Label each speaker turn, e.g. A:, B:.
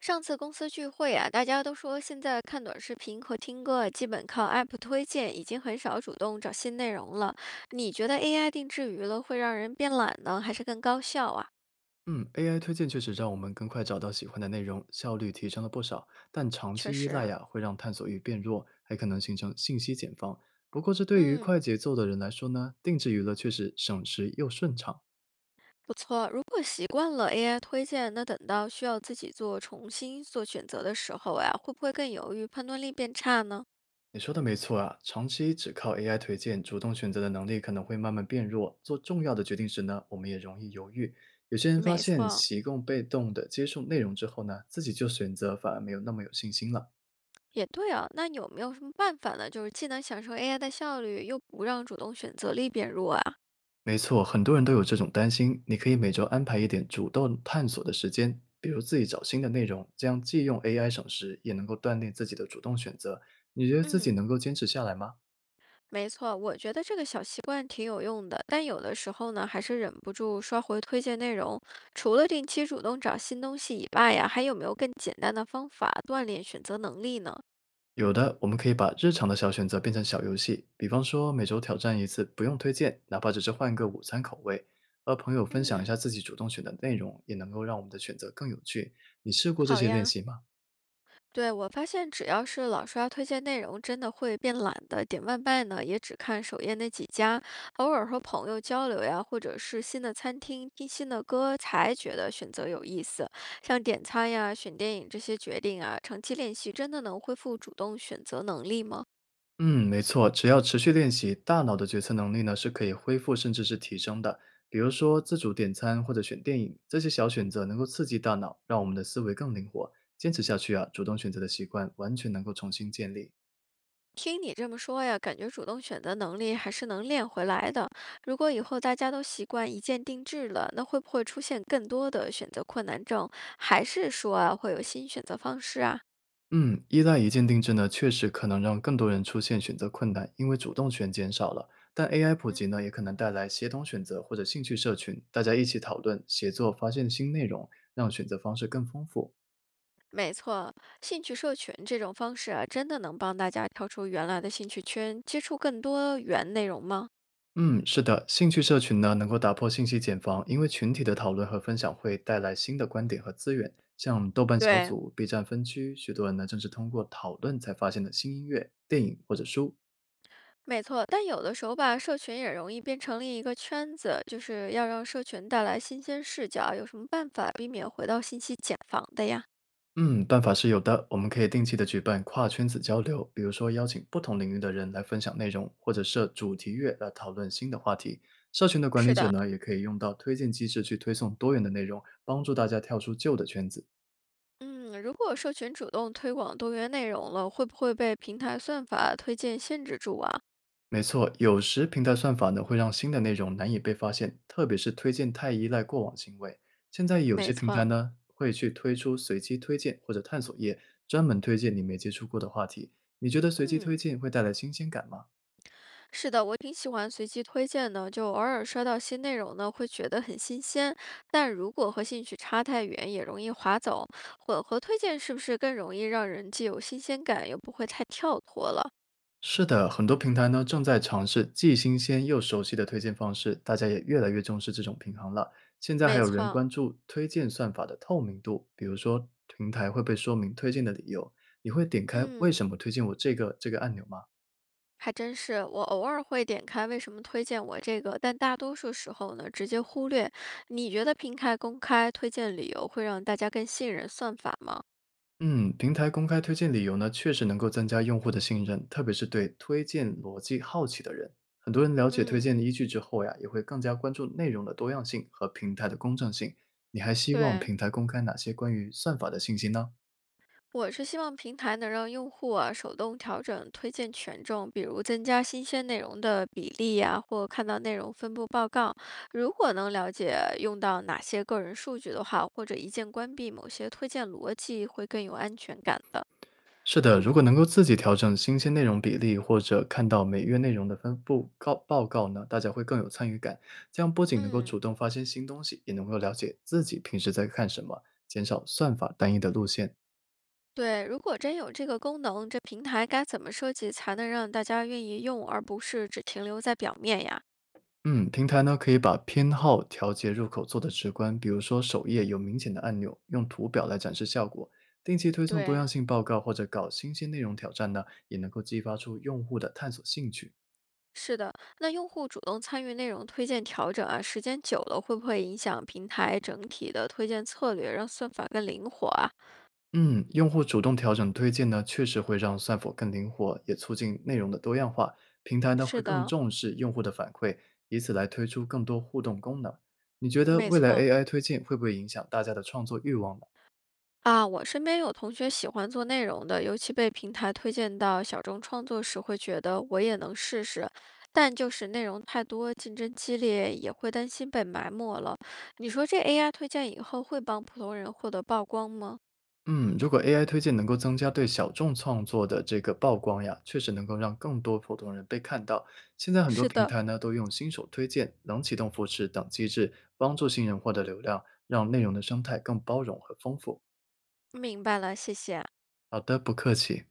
A: 上次公司聚会啊，大家都说现在看短视频和听歌啊，基本靠 app 推荐，已经很少主动找新内容了。你觉得 AI 定制娱乐会让人变懒呢，还是更高效啊？
B: 嗯，AI 推荐确实让我们更快找到喜欢的内容，效率提升了不少。但长
A: 确
B: 期依赖
A: 实，
B: 呀，会让探索欲变弱，还可能形成信息茧房。不过，这对于
A: 嗯，
B: 快节奏的人来说呢，定制娱乐确实省时又顺畅。
A: 不错。如果习惯了 AI 推荐，那等到需要自己做重新做选择的时候呀，会不会更犹豫，判断力变差呢？
B: 你说的没错啊，长期只靠 AI 推荐，主动选择的能力可能会慢慢变弱。做重要的决定时呢，我们也容易犹豫。有些人发
A: 没
B: 现
A: 错，
B: 习惯被动的接受内容之后呢，自己就选择反而没有那么有信心了。
A: 也对啊。那有没有什么办法呢？就是既能享受 AI 的效率，又不让主动选择力变弱啊？
B: 没错，很多人都有这种担心。你可以每周安排一点主动探索的时间，比如自己找新的内容，这样既用 AI 省时，也能够锻炼自己的主动选择。你觉得自己
A: 嗯。
B: 能够坚持下来吗？
A: 没错，我觉得这个小习惯挺有用的，但有的时候呢，还是忍不住刷回推荐内容。除了定期主动找新东西以外呀，还有没有更简单的方法锻炼选择能力呢？
B: 有的，我们可以把日常的小选择变成小游戏，比方说每周挑战一次，不用推荐，哪怕只是换个午餐口味，和朋友分享一下
A: 嗯，
B: 自己主动选的内容，也能够让我们的选择更有趣。你试过这
A: 好
B: 些练
A: 呀。
B: 习吗？
A: 对，我发现只要是老刷推荐内容，真的会变懒的。点外卖呢，也只看首页那几家，偶尔和朋友交流呀，或者是新的餐厅听新的歌，才觉得选择有意思。像点餐呀、选电影这些决定啊，长期练习真的能恢复主动选择能力吗？
B: 嗯，没错，只要持续练习，大脑的决策能力呢是可以恢复甚至是提升的。比如说自主点餐或者选电影，这些小选择能够刺激大脑，让我们的思维更灵活。坚持下去啊，主动选择的习惯完全能够重新建立。
A: 听你这么说呀，感觉主动选择能力还是能练回来的。如果以后大家都习惯一键定制了，那会不会出现更多的选择困难症？还是说啊，会有新选择方式啊？
B: 嗯，依赖一键定制呢，确实可能让更多人出现选择困难，因为主动权减少了。但 AI 普
A: 嗯，
B: 及呢，也可能带来协同选择或者兴趣社群，大家一起讨论、协作，发现新内容，让选择方式更丰富。
A: 没错，兴趣社群这种方式啊，真的能帮大家跳出原来的兴趣圈，接触更多元内容吗？
B: 嗯，是的，兴趣社群呢能够打破信息茧房，因为群体的讨论和分享会带来新的观点和资源。像豆瓣小
A: 对，
B: 组、B 站分区，许多人呢正是通过讨论才发现的新音乐、电影或者书。
A: 没错，但有的时候吧，社群也容易变成另一个圈子，就是要让社群带来新鲜视角，有什么办法避免回到信息茧房的呀？
B: 嗯，办法是有的，我们可以定期的举办跨圈子交流，比如说邀请不同领域的人来分享内容，或者设主题月来讨论新的话题。社群的管理
A: 是
B: 者
A: 的，
B: 呢，也可以用到推荐机制去推送多元的内容，帮助大家跳出旧的圈子。
A: 嗯，如果社群主动推广多元内容了，会不会被平台算法推荐限制住啊？
B: 没错，有时平台算法呢会让新的内容难以被发现，特别是推荐太依赖过往行为。现在有些
A: 没
B: 平台
A: 错，
B: 呢会去推出随机推荐或者探索页，专门推荐你没接触过的话题。你觉得随机推
A: 嗯。
B: 荐会带来新鲜感吗？
A: 是的，我挺喜欢随机推荐的，就偶尔刷到新内容呢，会觉得很新鲜。但如果和兴趣差太远，也容易划走。混合推荐是不是更容易让人既有新鲜感，又不会太跳脱了？
B: 是的，很多平台呢正在尝试既新鲜又熟悉的推荐方式，大家也越来越重视这种平衡了。现在还
A: 没
B: 有人
A: 错，
B: 关注推荐算法的透明度，比如说平台会被说明推荐的理由，你会点开为什
A: 嗯，
B: 么推荐我这个按钮吗？
A: 还真是。我偶尔会点开为什么推荐我这个，但大多数时候呢，直接忽略。你觉得平台公开推荐理由会让大家更信任算法吗？
B: 嗯，平台公开推荐理由呢，确实能够增加用户的信任，特别是对推荐逻辑好奇的人。很多人了解推荐
A: 嗯，
B: 的依据之后呀，也会更加关注内容的多样性和平台的公正性。你还希望
A: 对。
B: 平台公开哪些关于算法的信息呢？
A: 我是希望平台能让用户啊手动调整推荐权重，比如增加新鲜内容的比例呀、或看到内容分布报告。如果能了解用到哪些个人数据的话，或者一键关闭某些推荐逻辑，会更有安全感的。
B: 是的，如果能够自己调整新鲜内容比例，或者看到每月内容的分布报告呢，大家会更有参与感。这样不仅能够主
A: 嗯，
B: 动发现新东西，也能够了解自己平时在看什么，减少算法单一的路线。
A: 对，如果真有这个功能，这平台该怎么设计才能让大家愿意用，而不是只停留在表面呀？
B: 嗯，平台呢可以把偏好调节入口做得直观，比如说首页有明显的按钮，用图表来展示效果。定期推送多样
A: 对，
B: 性报告或者搞新鲜内容挑战呢，也能够激发出用户的探索兴趣。
A: 是的，那用户主动参与内容推荐调整啊，时间久了会不会影响平台整体的推荐策略，让算法更灵活啊？
B: 嗯，用户主动调整推荐呢，确实会让算法更灵活，也促进内容的多样化。平台呢会
A: 是
B: 更
A: 的，
B: 重视用户的反馈，以此来推出更多互动功能。你觉得
A: 没
B: 未来
A: 错
B: AI 推荐会不会影响大家的创作欲望呢？
A: 啊。我身边有同学喜欢做内容的，尤其被平台推荐到小众创作时，会觉得我也能试试，但就是内容太多，竞争激烈，也会担心被埋没了。你说这 AI 推荐以后会帮普通人获得曝光吗？
B: 嗯，如果 AI 推荐能够增加对小众创作的这个曝光呀，确实能够让更多普通人被看到。现在很多
A: 是
B: 平
A: 的，
B: 台呢都用新手推荐、冷启动扶持等机制，帮助新人获得流量，让内容的生态更包容和丰富。
A: 明白了，谢谢。
B: 好的，不客气。